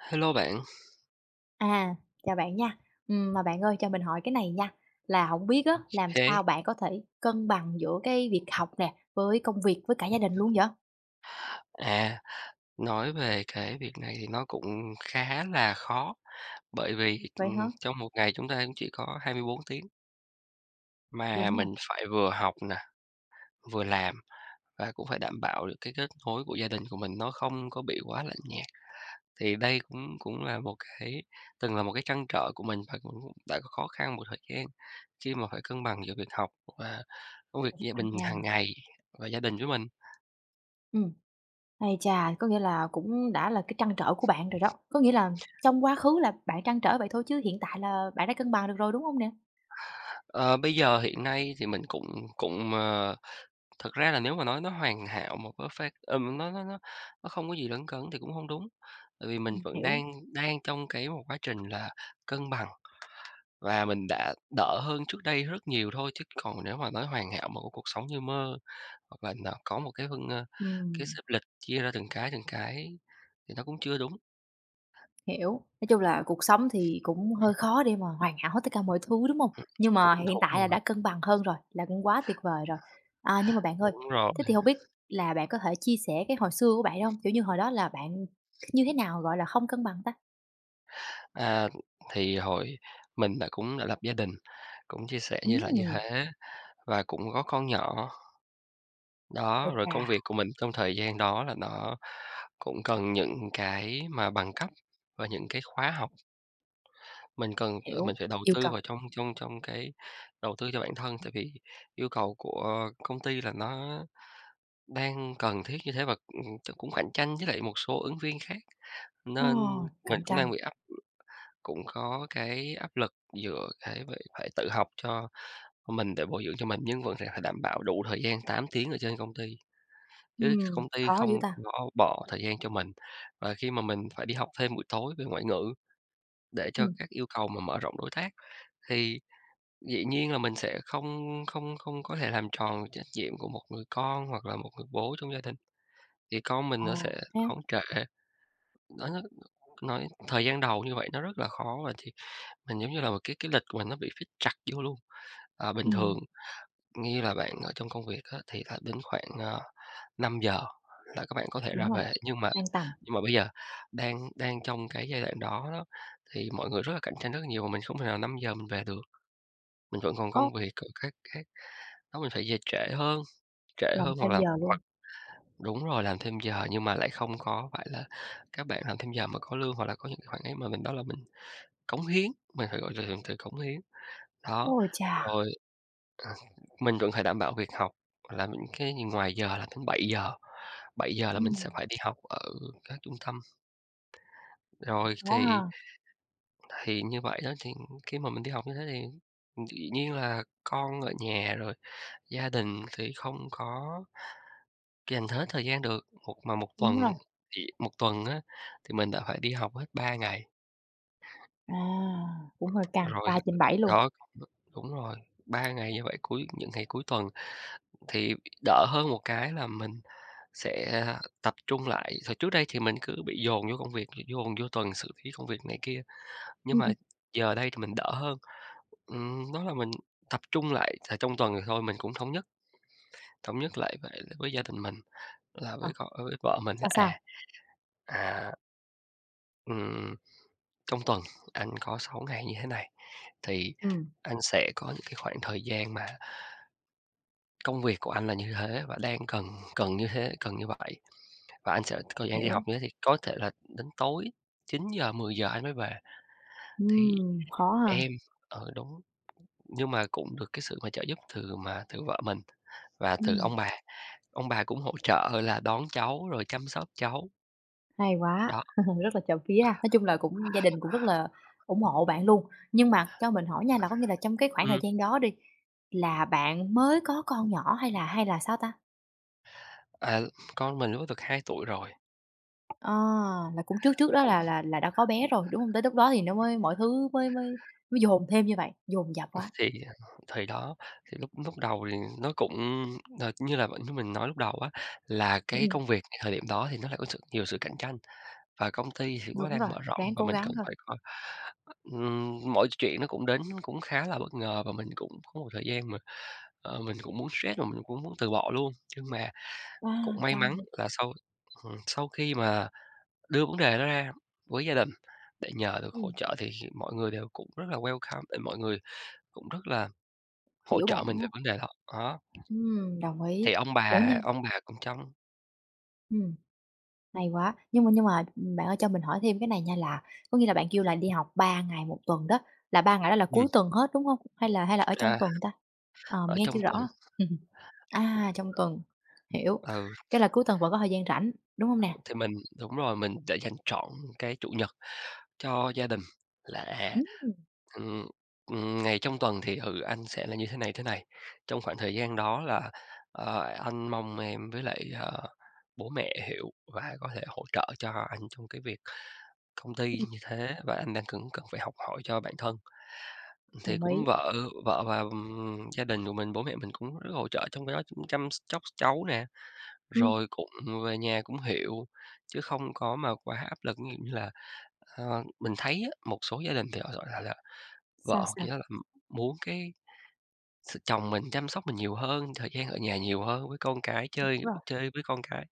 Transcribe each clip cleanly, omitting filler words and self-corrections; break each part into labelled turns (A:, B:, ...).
A: Hello bạn.
B: À, chào bạn nha. Mà bạn ơi cho mình hỏi cái này nha, là không biết á, làm
A: Thế
B: sao bạn có thể cân bằng giữa cái việc học nè, với công việc, với cả gia đình luôn vậy?
A: à, nói về cái việc này thì nó cũng khá là khó, bởi vì,
B: Vậy hả?
A: trong một ngày chúng ta cũng chỉ có 24 tiếng, mà
B: Đúng rồi,
A: mình phải vừa học nè, vừa làm và cũng phải đảm bảo được cái kết nối của gia đình của mình nó không có bị quá lạnh nhạt. Thì đây cũng cũng là một cái từng là một cái trăn trở của mình và cũng đã có khó khăn một thời gian khi mà phải cân bằng giữa việc học và công việc
B: cũng
A: gia
B: căng
A: đình
B: nha.
A: hàng ngày và gia đình với mình.
B: Ừm, ây cha, có nghĩa là cũng đã là cái trăn trở của bạn rồi đó. Có nghĩa là trong quá khứ là bạn trăn trở vậy thôi chứ hiện tại là bạn đã cân bằng được rồi, đúng không nè?
A: Ờ, bây giờ hiện nay thì mình cũng cũng, ờ Thật ra là nếu mà nói nó hoàn hảo mà perfect, nó không có gì lấn cấn thì cũng hông đúng, tại vì mình vẫn
B: Hiểu.
A: đang đang trong cái một quá trình là cân bằng và mình đã đỡ hơn trước đây rất nhiều thôi, chứ còn nếu mà nói hoàn hảo một cái cuộc sống như mơ hoặc là n có một cái cái
B: Ừm.
A: xếp lịch chia ra từng cái thì nó cũng chưa đúng.
B: Hiểu, nói chung là cuộc sống thì cũng
A: Ừm,
B: hơi khó để mà hoàn hảo hết tất cả mọi thứ, đúng không? Nhưng
A: h
B: mà hiện tại là
A: đúng
B: đã
A: rồi,
B: cân bằng hơn rồi, là cũng quá tuyệt vời rồi. À, nhưng mà bạn ơi,
A: đúng rồi.
B: thế thì không biết là bạn có thể chia sẻ cái hồi xưa của bạn được hông? Kiểu như, hồi đó là bạn như thế nào gọi là không cân bằng ta?
A: À, thì hồi mình đã cũng đã lập gia đình, cũng chia sẻ như là như
B: Ừm,
A: thế và cũng có con nhỏ.
B: ây
A: Đó, rồi
B: chà,
A: công việc của mình trong thời gian đó là nó cũng cần những cái mà bằng cấp và những cái khóa học, mình cần,
B: hiểu,
A: mình phải đầu
B: yêu
A: tư
B: cầu.
A: vào trong trong trong cái đầu tư cho bản thân, tại vì yêu cầu của công ty là nó đang cần thiết như thế và, cũng cạnh tranh với lại một số ứng viên khác,
B: Ờ.
A: nên mình
B: Cạnh
A: cũng
B: tranh.
A: đang bị áp cũng có cái áp lực giữa cái việc phải tự học cho mình để bồi dưỡng cho mình nhưng vẫn sẽ phải đảm bảo đủ thời gian 8 tiếng ở trên công ty. Chứ công ty
B: Khó dữ
A: không
B: ta.
A: có bỏ thời gian cho mình. Và khi mà mình phải đi học thêm buổi tối về ngoại ngữ để cho
B: Ừm.
A: các yêu cầu mà mở rộng đối tác, thì dĩ nhiên là mình sẽ không không không có thể làm tròn trách nhiệm của một người con hoặc là một người bố trong gia đình, thì con mình
B: Ờ,
A: nó sẽ
B: ha.
A: đón trễ. Nó nói thời gian đầu như vậy nó rất là khó và thì mình giống như là một cái lịch của mình nó bị fix chặt vô luôn. À, bình thường
B: Ừm.
A: như là bạn ở trong công việc á, thì là đến khoảng, năm giờ là các bạn có thể
B: Đúng
A: ra
B: rồi,
A: về, nhưng mà
B: đang tầm.
A: nhưng mà bây giờ đang đang trong cái giai đoạn đó đó, thì mọi người rất là cạnh tranh rất nhiều, mà mình không thể nào năm giờ mình về được, mình vẫn còn
B: Ố.
A: công việc rồi các đó mình phải về trễ
B: Làm
A: hơn hoặc
B: thêm
A: là
B: giờ luôn.
A: hoặc đúng rồi, làm thêm giờ nhưng mà lại không có phải là các bạn làm thêm giờ mà có lương hoặc là có những cái khoản ấy mà mình đó là mình cống hiến, mình phải gọi là từ từ cống hiến. Đó,
B: Ôi chà!
A: rồi, ờ, mình vẫn phải đảm bảo việc học là những cái gì ngoài giờ là đến bảy giờ là mình sẽ
B: Ừm.
A: phải đi học ở các trung tâm, rồi
B: Khó ha.
A: thì như vậy đó, thì khi mà mình đi học như thế thì, dĩ nhiên là con ở nhà rồi gia đình thì không có dành hết thời gian được, một mà một
B: Đúng rồi.
A: tuần thì một tuần á, thì mình đã phải đi học hết 3 ngày,
B: À, cũng hơi căng,
A: rồi
B: ba trên bảy luôn.
A: đó, đúng rồi, 3 ngày như vậy cuối những ngày cuối tuần thì đỡ hơn một cái là mình sẽ tập trung lại. Thời trước đây thì mình cứ bị dồn vô công việc, dồn vô tuần xử lý công việc này kia, nhưng
B: Ừm,
A: mà
B: ừm.
A: giờ đây thì mình đỡ hơn. Đó là mình tập trung lại là trong tuần thì thôi mình cũng thống nhất lại vậy với gia đình mình là
B: Ờ,
A: với con với vợ mình là,
B: sao, sao?
A: à, ừm, "Trong tuần anh có 6 ngày như thế này, thì
B: Ừm,
A: anh sẽ có những cái khoảng thời gian mà công việc của anh là như thế và đang cần cần như thế, cần như vậy, và anh sẽ có thời gian đi học
B: hiểu.
A: như thế thì có thể là đến tối chín giờ mười giờ anh mới về." Thì
B: Khó ha.
A: em ở đúng, nhưng mà cũng được cái sự mà trợ giúp từ vợ mình và từ
B: Ừm,
A: ông bà. Ông bà cũng hỗ trợ là đón cháu rồi chăm sóc cháu,
B: hay quá,
A: đó,
B: rất là trộm vía ha. Nói chung là cũng gia đình cũng rất là ủng hộ bạn luôn. Nhưng mà cho mình hỏi nha, là có nghĩa là trong cái khoảng thời
A: ừm,
B: gian đó đi, là bạn mới có con nhỏ hay là sao ta?
A: à, con mình lúc đó được 2 tuổi rồi,
B: Ờ, là cũng trước trước đó
A: cũng
B: là đã có bé rồi, đúng không? Tới lúc đó thì nó mới mọi thứ mới mới mới dồn thêm như vậy, dồn dập quá.
A: thì à, thì đó, thì lúc lúc đầu thì nó cũng như là như mình nói lúc đầu á, là cái
B: Ừm,
A: công việc thời điểm đó thì nó lại có sự nhiều sự cạnh tranh và công ty thì cũng
B: đúng
A: đang
B: rồi,
A: mở rộng
B: ráng
A: và
B: cố
A: mình
B: gắng
A: cần
B: thôi.
A: phải coi mọi chuyện nó cũng đến cũng khá là bất ngờ và mình cũng có một thời gian mà, mình cũng muốn stress và mình cũng muốn từ bỏ luôn. Nhưng mà cũng
B: À,
A: may
B: căng
A: mắn
B: vậy.
A: là sau sau khi mà đưa vấn đề đó ra với gia đình để nhờ được hỗ
B: Ừm,
A: trợ thì mọi người đều cũng rất là welcome, để mọi người cũng rất là hỗ
B: hiểu
A: trợ
B: bạn
A: mình
B: á.
A: về vấn đề đó. Đó,
B: Đồng ý.
A: thì ông
B: Ủa,
A: bà
B: nhưng
A: ông bà cũng
B: ừm, hay quá. Nhưng mà, bạn ơi cho mình hỏi thêm cái này nha là có nghĩa là bạn kêu là đi học 3 ngày một tuần đó, là 3 ngày đó là
A: ừm,
B: cuối tuần hết, đúng không? Hay là hay là ở trong
A: à,
B: tuần ta? Ờ,
A: ở
B: mình nghe
A: trong
B: chưa
A: tuần,
B: rõ. À, trong tuần, hiểu.
A: ừ.
B: Cái là cuối tuần vẫn có thời gian rảnh, đúng không nè?
A: Thì mình đúng rồi, mình đã dành trọn cái Chủ nhật cho gia đình là,
B: Ừm,
A: ừm, ngày trong tuần thì, ừ, anh sẽ là như thế này, thế này. Trong khoảng thời gian đó là, anh mong em với lại, bố mẹ hiểu và có thể hỗ trợ cho anh trong cái việc công ty
B: ừm,
A: như thế và anh đang cần cần phải học hỏi cho bản thân. Thì
B: đồng
A: cũng
B: ý.
A: vợ vợ và, gia đình của mình, bố mẹ mình cũng rất hỗ trợ trong cái đó chăm sóc cháu nè.
B: Ừm,
A: Rồi cũng về nhà cũng hiểu, chứ không có mà quá áp lực. Ví dụ như là, mình thấy á, một số gia đình thì họ, gọi là vợ
B: sao,
A: hoặc
B: sao?
A: gì đó là muốn cái s chồng mình chăm sóc mình nhiều hơn, thời gian ở nhà nhiều hơn với con cái,
B: Đúng
A: chơi
B: rồi,
A: chơi với con cái,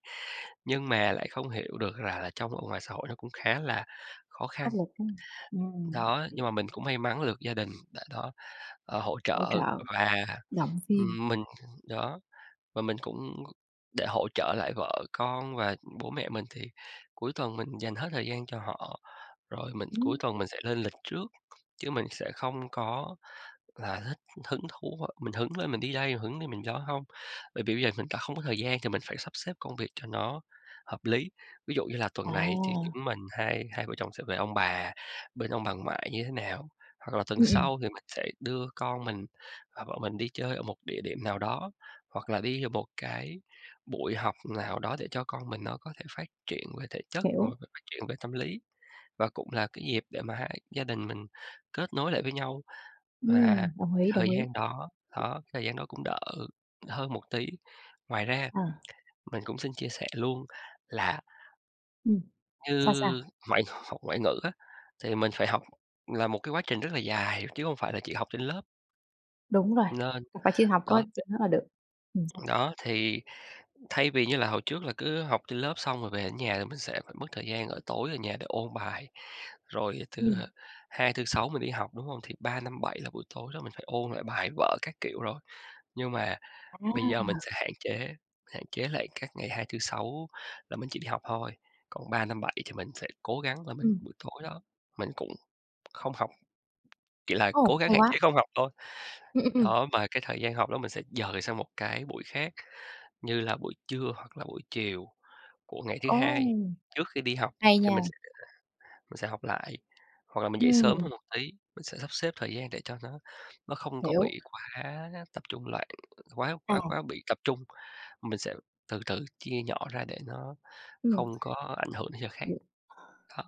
A: nhưng mà lại không hiểu được rằng là trong ở ngoài xã hội nó cũng khá là khó khăn.
B: áp lực, Ừm,
A: Đó, nhưng mà mình cũng may mắn được gia đình đã đó, hỗ
B: hỗ
A: trợ
B: trợ,
A: và,
B: động viên.
A: mình đó. Và mình cũng để hỗ trợ lại vợ con và bố mẹ mình thì cuối tuần mình dành hết thời gian cho họ, rồi mình cuối
B: Ừm,
A: tuần mình sẽ lên lịch trước, chứ mình sẽ không có là thích hứng thú á, mình hứng lên mình đi đây, hứng lên mình đó không. Bởi vì bây giờ mình đã không có thời gian thì mình phải sắp xếp công việc cho nó hợp lý. Ví dụ như là tuần này thì
B: à,
A: chúng mình hai hai vợ chồng sẽ về ông bà, bên ông bà ngoại như thế nào, hoặc là tuần
B: ừm, ừm,
A: sau thì mình sẽ đưa con mình và vợ mình đi chơi ở một địa điểm nào đó, hoặc là đi vào một cái buổi học nào đó để cho con mình nó có thể phát triển về thể chất, mà
B: hiểu.
A: phát triển về tâm lý. Và cũng là cái dịp để mà hai gia đình mình kết nối lại với nhau. Và
B: Đồng
A: cái
B: ý, đồng
A: thời
B: ý.
A: gian đó, đó, cái thời gian đó cũng đỡ hơn một tí. Ngoài ra
B: À,
A: mình cũng xin chia sẻ luôn là
B: ừm. Sao, sao?
A: như ngoại học ngoại ngữ á, thì mình phải học là một cái quá trình rất là dài chứ không phải là chỉ học trên lớp,
B: Đúng rồi,
A: nên
B: phải chịu học có
A: đó,
B: chừng đó là được. Sao?
A: đó, thì thay vì như là hồi trước là cứ học trên lớp xong rồi về đến nhà thì mình sẽ phải mất thời gian ở tối ở nhà để ôn bài. Rồi từ
B: Ừm,
A: 2 Thứ, Sáu mình đi học, đúng không? Thì 3 5 7 là buổi tối đó mình phải ôn lại bài vở các kiểu rồi. Nhưng mà
B: à,
A: bây giờ mình sẽ hạn chế lại các ngày 2 thứ Sáu là mình chỉ đi học thôi, còn 3 5 7 thì mình sẽ cố gắng là mình
B: ừm,
A: buổi tối đó, mình cũng không học, chỉ là
B: ồ,
A: cố gắng
B: hay
A: hạn
B: quá.
A: chế không học thôi.
B: Ừm, ừm, ừm.
A: Đó, mà cái thời gian học đó mình sẽ dời sang một cái buổi khác, như là buổi trưa hoặc là buổi chiều của ngày thứ
B: Ồ,
A: Hai, trước khi đi học
B: hay
A: thì mình
B: nha.
A: sẽ mình sẽ học lại, hoặc là mình dậy sớm
B: Ừm,
A: hơn một tí, mình sẽ sắp xếp thời gian để cho nó không có
B: hiểu.
A: bị quá tập trung loạn, quá
B: À,
A: quá quá bị tập trung. Mình sẽ từ từ chia nhỏ ra để nó
B: ừm,
A: không có ảnh hưởng đến giờ khác.
B: vậy
A: Đó,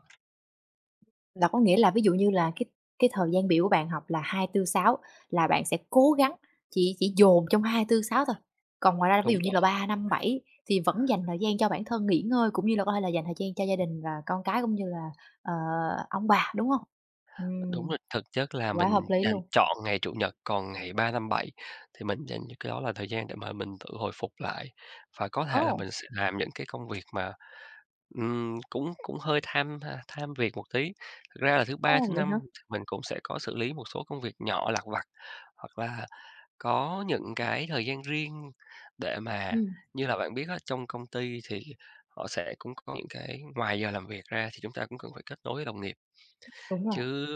B: là có nghĩa là ví dụ như là cái thời gian biểu của bạn học là 2 tư 6 là bạn sẽ cố gắng chỉ dồn trong 2 tư 6 thôi, còn ngoài ra ví
A: đúng
B: dụ như là
A: rồi,
B: 3 5 7 thì vẫn dành thời gian cho bản thân nghỉ ngơi, cũng như là có thể là dành thời gian cho gia đình và con cái, cũng như là, ờ, ông bà, đúng hông?
A: đúng
B: Ừm,
A: rồi, thực chất là
B: quá
A: mình
B: hợp lý
A: dành
B: luôn.
A: chọn ngày Chủ nhật, còn ngày 3 5 7 thì mình dành cho cái đó là thời gian để mà mình tự hồi phục lại. Và có thể là
B: Ồ,
A: mình sẽ làm những cái công việc mà, cũng cũng hơi tham việc một tí. Thực ra là thứ Ba,
B: ồ,
A: thứ
B: vậy
A: Năm
B: hả?
A: thì mình cũng sẽ có xử lý một số công việc nhỏ lặt vặt, hoặc là có những cái thời gian riêng để mà
B: Ừm,
A: như là bạn biết á, trong công ty thì họ sẽ cũng có những cái ngoài giờ làm việc ra thì chúng ta cũng cần phải kết nối với đồng nghiệp,
B: đúng rồi,
A: chứ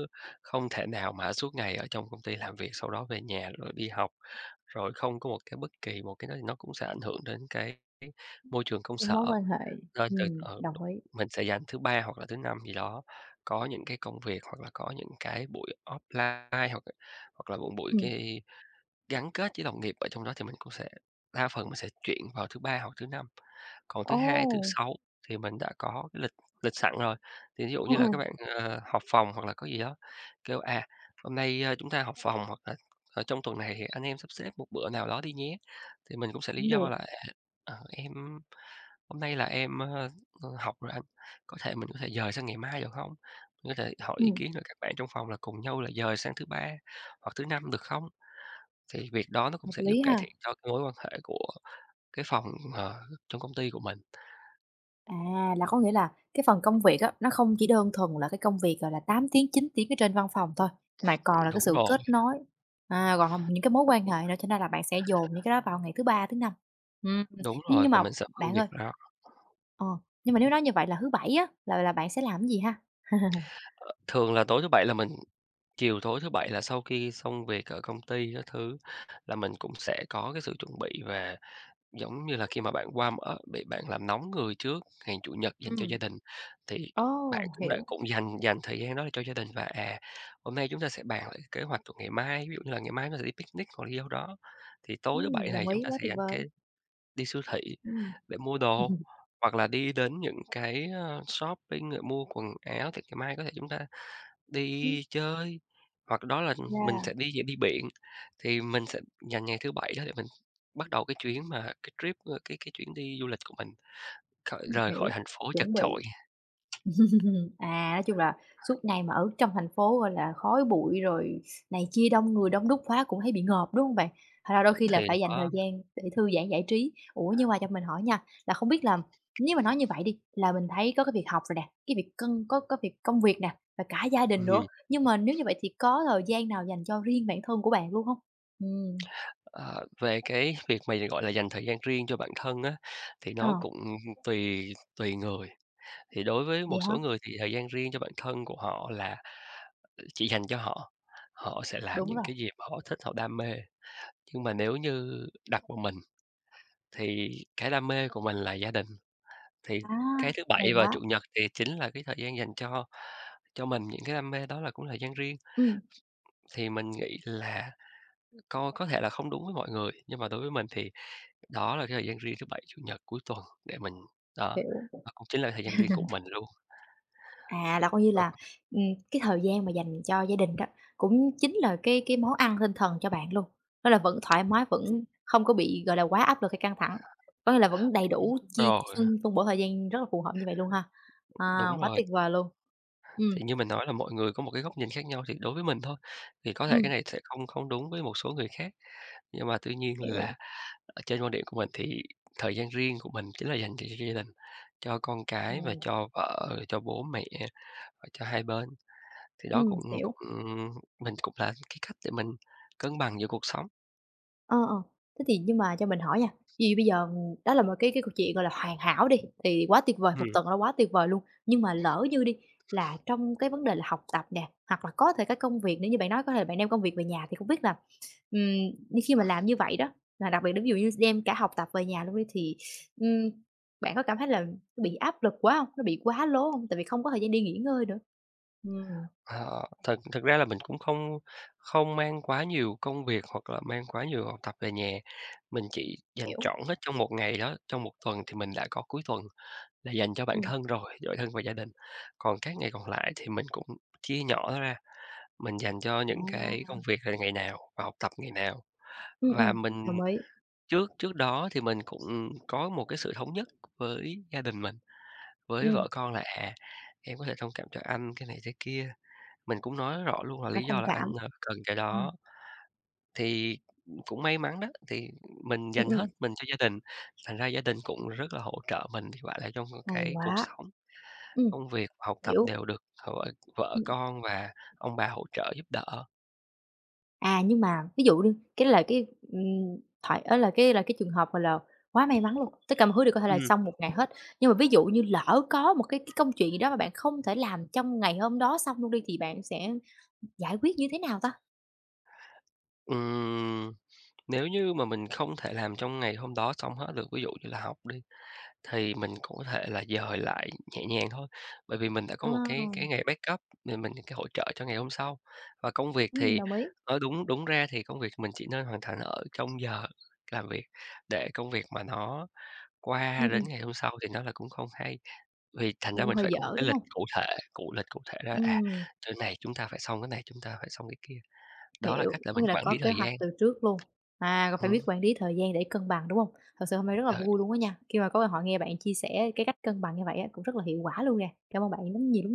A: không thể nào mà suốt ngày ở trong công ty làm việc, sau đó về nhà rồi đi học, rồi không có một cái bất kỳ một cái nó cũng sẽ ảnh hưởng đến cái môi trường công
B: cái mối
A: sở.
B: quan hệ
A: Nên từ
B: đồng
A: đúng,
B: ý.
A: mình sẽ dành thứ Ba hoặc là thứ Năm gì đó, có những cái công việc hoặc là có những cái buổi offline hoặc hoặc là một buổi
B: Ừm,
A: cái gắn kết với đồng nghiệp ở trong đó thì mình cũng sẽ đa phần mình sẽ chuyển vào thứ Ba hoặc thứ Năm. Còn thứ
B: ồ,
A: Hai, thứ Sáu thì mình đã có cái lịch lịch sẵn rồi. Thì ví dụ
B: ừ,
A: như là
B: ừ,
A: các bạn, họp phòng hoặc là có gì đó, kêu, à, "Hôm nay, chúng ta họp phòng", hoặc là "Ờ, trong tuần này thì anh em sắp xếp một bữa nào đó đi nhé." Thì mình cũng sẽ lý
B: cũng
A: do
B: được,
A: là, "Em hôm nay là em, học rồi anh, có thể mình có thể dời sang ngày mai được không? Mình có thể hỏi ý
B: ừm,
A: kiến rồi các bạn trong phòng là cùng nhau là dời sang thứ Ba hoặc thứ Năm được không?" Thì việc đó nó cũng
B: hợp
A: sẽ giúp
B: lý
A: cải
B: ha.
A: thiện cho cái mối quan hệ của cái phòng, ờ, trong công ty của mình.
B: À, là có nghĩa là cái phần công việc á, nó không chỉ đơn thuần là cái công việc, gọi là, 8 tiếng, 9 tiếng ở trên văn phòng thôi, mà còn là cái
A: Đúng
B: sự
A: rồi,
B: kết nối, à, còn là những cái mối quan hệ nữa, cho nên là bạn sẽ dồn những cái đó vào ngày thứ Ba, thứ Năm. Ừm,
A: đúng
B: nhưng
A: rồi,
B: nhưng
A: và
B: mà
A: mình sẽ phân
B: bạn
A: biệt
B: ơi,
A: ra.
B: ờ, nhưng mà nếu nói như vậy là thứ Bảy á, là bạn sẽ làm cái gì ha?
A: Ờ, Thường là tối thứ Bảy là mình chiều tối thứ Bảy là sau khi xong việc ở công ty các thứ là mình cũng sẽ có cái sự chuẩn bị về, giống như là khi mà bạn qua mở, bị bạn làm nóng người trước ngày Chủ nhật dành cho
B: Ừm,
A: gia đình, thì
B: ồ,
A: bạn cũng đã
B: hiểu,
A: cũng dành dành thời gian đó để cho gia đình và, hôm nay chúng ta sẽ bàn lại cái kế hoạch của ngày mai, ví dụ như là ngày mai nó sẽ đi picnic hoặc đi đâu đó, thì tối thứ Bảy này
B: đồng
A: chúng
B: ý,
A: ta
B: quá
A: sẽ
B: tuyệt
A: dành
B: vời,
A: cái đi siêu thị
B: ừm.
A: để mua đồ, hoặc là đi đến những cái, shopping rồi mua quần áo thì ngày mai có thể chúng ta đi chơi, hoặc đó là mình
B: Yeah,
A: sẽ đi đi biển, thì mình sẽ dành ngày thứ Bảy đó để mình bắt đầu cái chuyến mà cái trip, cái chuyến đi du lịch của mình, khỏi rời khỏi
B: hiểu,
A: thành phố chật
B: chuẩn bị.
A: chội.
B: À, nói chung là suốt ngày mà ở trong thành phố, gọi là, khói bụi rồi này chia đông người đông đúc quá cũng thấy bị ngợp, đúng không bạn? Thành ra đôi khi là
A: Thì
B: phải dành thời
A: đó
B: gian để thư giãn, giải trí. Ủa, nhưng mà cho mình hỏi nha, là không biết là nếu mà nói như vậy đi, là mình thấy có cái việc học rồi nè, cái việc cân có việc công việc nè, và cả gia đình nữa,
A: ừm,
B: nhưng mà nếu như vậy thì có thời gian nào dành cho riêng bản thân của bạn luôn không? Ừm,
A: ờ, về cái việc mà, gọi là, dành thời gian riêng cho bản thân á, thì nó
B: ờ,
A: cũng tùy tùy người. Thì đối với
B: vậy
A: một
B: hả?
A: số người thì thời gian riêng cho bản thân của họ là chỉ dành cho họ, họ sẽ làm
B: Đúng
A: những
B: rồi.
A: cái gì mà họ thích, họ đam mê. Nhưng mà nếu như đặt vào mình thì cái đam mê của mình là gia đình, thì
B: À,
A: cái thứ
B: hay
A: Bảy và
B: quá.
A: Chủ nhật thì chính là cái thời gian dành cho mình những cái đam mê đó là cũng thời gian riêng.
B: Ừm,
A: Thì mình nghĩ là coi có thể là không đúng với mọi người, nhưng mà đối với mình thì đó là cái thời gian riêng thứ Bảy, Chủ nhật cuối tuần để mình đó,
B: hiểu.
A: và cũng chính là thời gian riêng của mình luôn.
B: À, là coi như
A: Và
B: là, ừm, cái thời gian mà dành cho gia đình đó, cũng chính là cái món ăn tinh thần cho bạn luôn, đó là vẫn thoải mái, vẫn không có bị, gọi là, quá áp lực hay căng thẳng, có nghĩa là vẫn đầy
A: đúng
B: đủ chia
A: rồi,
B: phân phân bổ thời gian rất là phù hợp như vậy luôn ha. À,
A: đúng
B: quá
A: rồi,
B: tuyệt vời luôn. Ừm,
A: thì như mình nói là mọi người có một cái góc nhìn khác nhau, thì đối với mình thôi, thì có thể cái
B: ừm,
A: này sẽ không không đúng với một số người khác, nhưng mà tuy nhiên là,
B: hiểu.
A: Trên quan điểm của mình thì thời gian riêng của mình chính là dành cho gia đình, cho con cái và
B: Ừm.
A: cho vợ, cho bố mẹ, rồi cho hai bên. Thì đó cũng
B: Hiểu.
A: cũng mình cũng là cái cách để mình cân bằng giữa cuộc sống.
B: Ờ, ờ. Thế thì nhưng mà cho mình hỏi nha, ví dụ bây giờ, đó là một cái câu chuyện, gọi là, hoàn hảo đi, thì quá tuyệt vời, một
A: Ừm,
B: tuần nó quá tuyệt vời luôn. Nhưng mà lỡ như đi là trong cái vấn đề là học tập nè, hoặc là có thể cái công việc nếu như bạn nói có thể bạn đem công việc về nhà thì không biết là, ừm, khi mà làm như vậy đó, là đặc biệt là ví dụ như đem cả học tập về nhà luôn đi thì, ừm, bạn có cảm thấy là nó bị áp lực quá không? Nó bị quá lố không? Tại vì không có thời gian đi nghỉ ngơi nữa. Ừm,
A: ờ, thật thật ra là mình cũng không không mang quá nhiều công việc hoặc là mang quá nhiều học tập về nhà, mình chỉ dành
B: hiểu.
A: trọn hết trong một ngày đó, trong một tuần thì mình đã có cuối tuần là dành cho bản
B: Ừm.
A: thân rồi, cho bản thân và gia đình. Còn các ngày còn lại thì mình cũng chia nhỏ ra. Mình dành cho những cái
B: À.
A: công việc là ngày nào và học tập ngày nào.
B: ừ
A: Và mình
B: đồng ý.
A: trước trước đó thì mình cũng có một cái sự thống nhất với gia đình mình, với
B: Ừm,
A: vợ con là, à, "Em có thể thông cảm cho anh cái này, cái kia." Mình cũng nói rõ luôn là
B: phải
A: lý
B: thông
A: do là anh,
B: cảm.
A: cần cái đó.
B: Ừm.
A: Thì cũng may mắn đó, thì mình
B: Ừm,
A: dành
B: ừm,
A: hết mình cho gia đình, thành ra gia đình cũng rất là hỗ trợ mình, thì gọi là, trong
B: hay
A: cái cuộc
B: quá.
A: sống,
B: Ừm,
A: công việc, học tập
B: hiểu.
A: đều được vợ vợ
B: Ừm,
A: con và ông bà hỗ trợ giúp đỡ.
B: à, nhưng mà ví dụ đi, cái là cái, thoại á là cái trường hợp, gọi là, quá may mắn luôn, tất cả mọi thứ đều có thể là
A: Ừ.
B: xong một ngày hết. Nhưng mà ví dụ như lỡ có một cái công chuyện gì đó mà bạn không thể làm trong ngày hôm đó xong luôn đi, thì bạn sẽ giải quyết như thế nào ta?
A: Ừm, Nếu như mà mình không thể làm trong ngày hôm đó xong hết được, ví dụ như là học đi, thì mình cũng có thể là dời lại nhẹ nhàng thôi, bởi vì mình đã có một cái
B: À,
A: ngày backup để mình cái hỗ trợ cho ngày hôm sau. Và công việc thì
B: đồng ý.
A: nói đúng đúng ra thì công việc mình chỉ nên hoàn thành ở trong giờ làm việc, để công việc mà nó
B: Ừm,
A: qua đến
B: ừm,
A: ngày hôm sau thì nó là cũng không hay. Vì thành
B: nó
A: ra
B: cũng
A: mình
B: hơi
A: phải có một
B: dở,
A: cái
B: đúng
A: lịch
B: không?
A: cụ thể ra là, à,
B: Ừm.
A: chỗ này chúng ta phải xong cái này, chúng ta phải xong cái kia. Đó là
B: Hiểu,
A: cách là
B: có
A: mình
B: nghĩa là
A: quản
B: có
A: lý
B: kế
A: thời
B: hoạch
A: gian.
B: từ trước luôn. À, còn phải biết
A: Ừm,
B: quản lý thời gian để cân bằng, đúng không? Thật sự hôm nay rất là vui luôn á nha, khi mà có cơ hội nghe bạn chia sẻ cái cách cân bằng như vậy á, cũng rất là hiệu quả luôn nè. Cảm ơn bạn rất nhiều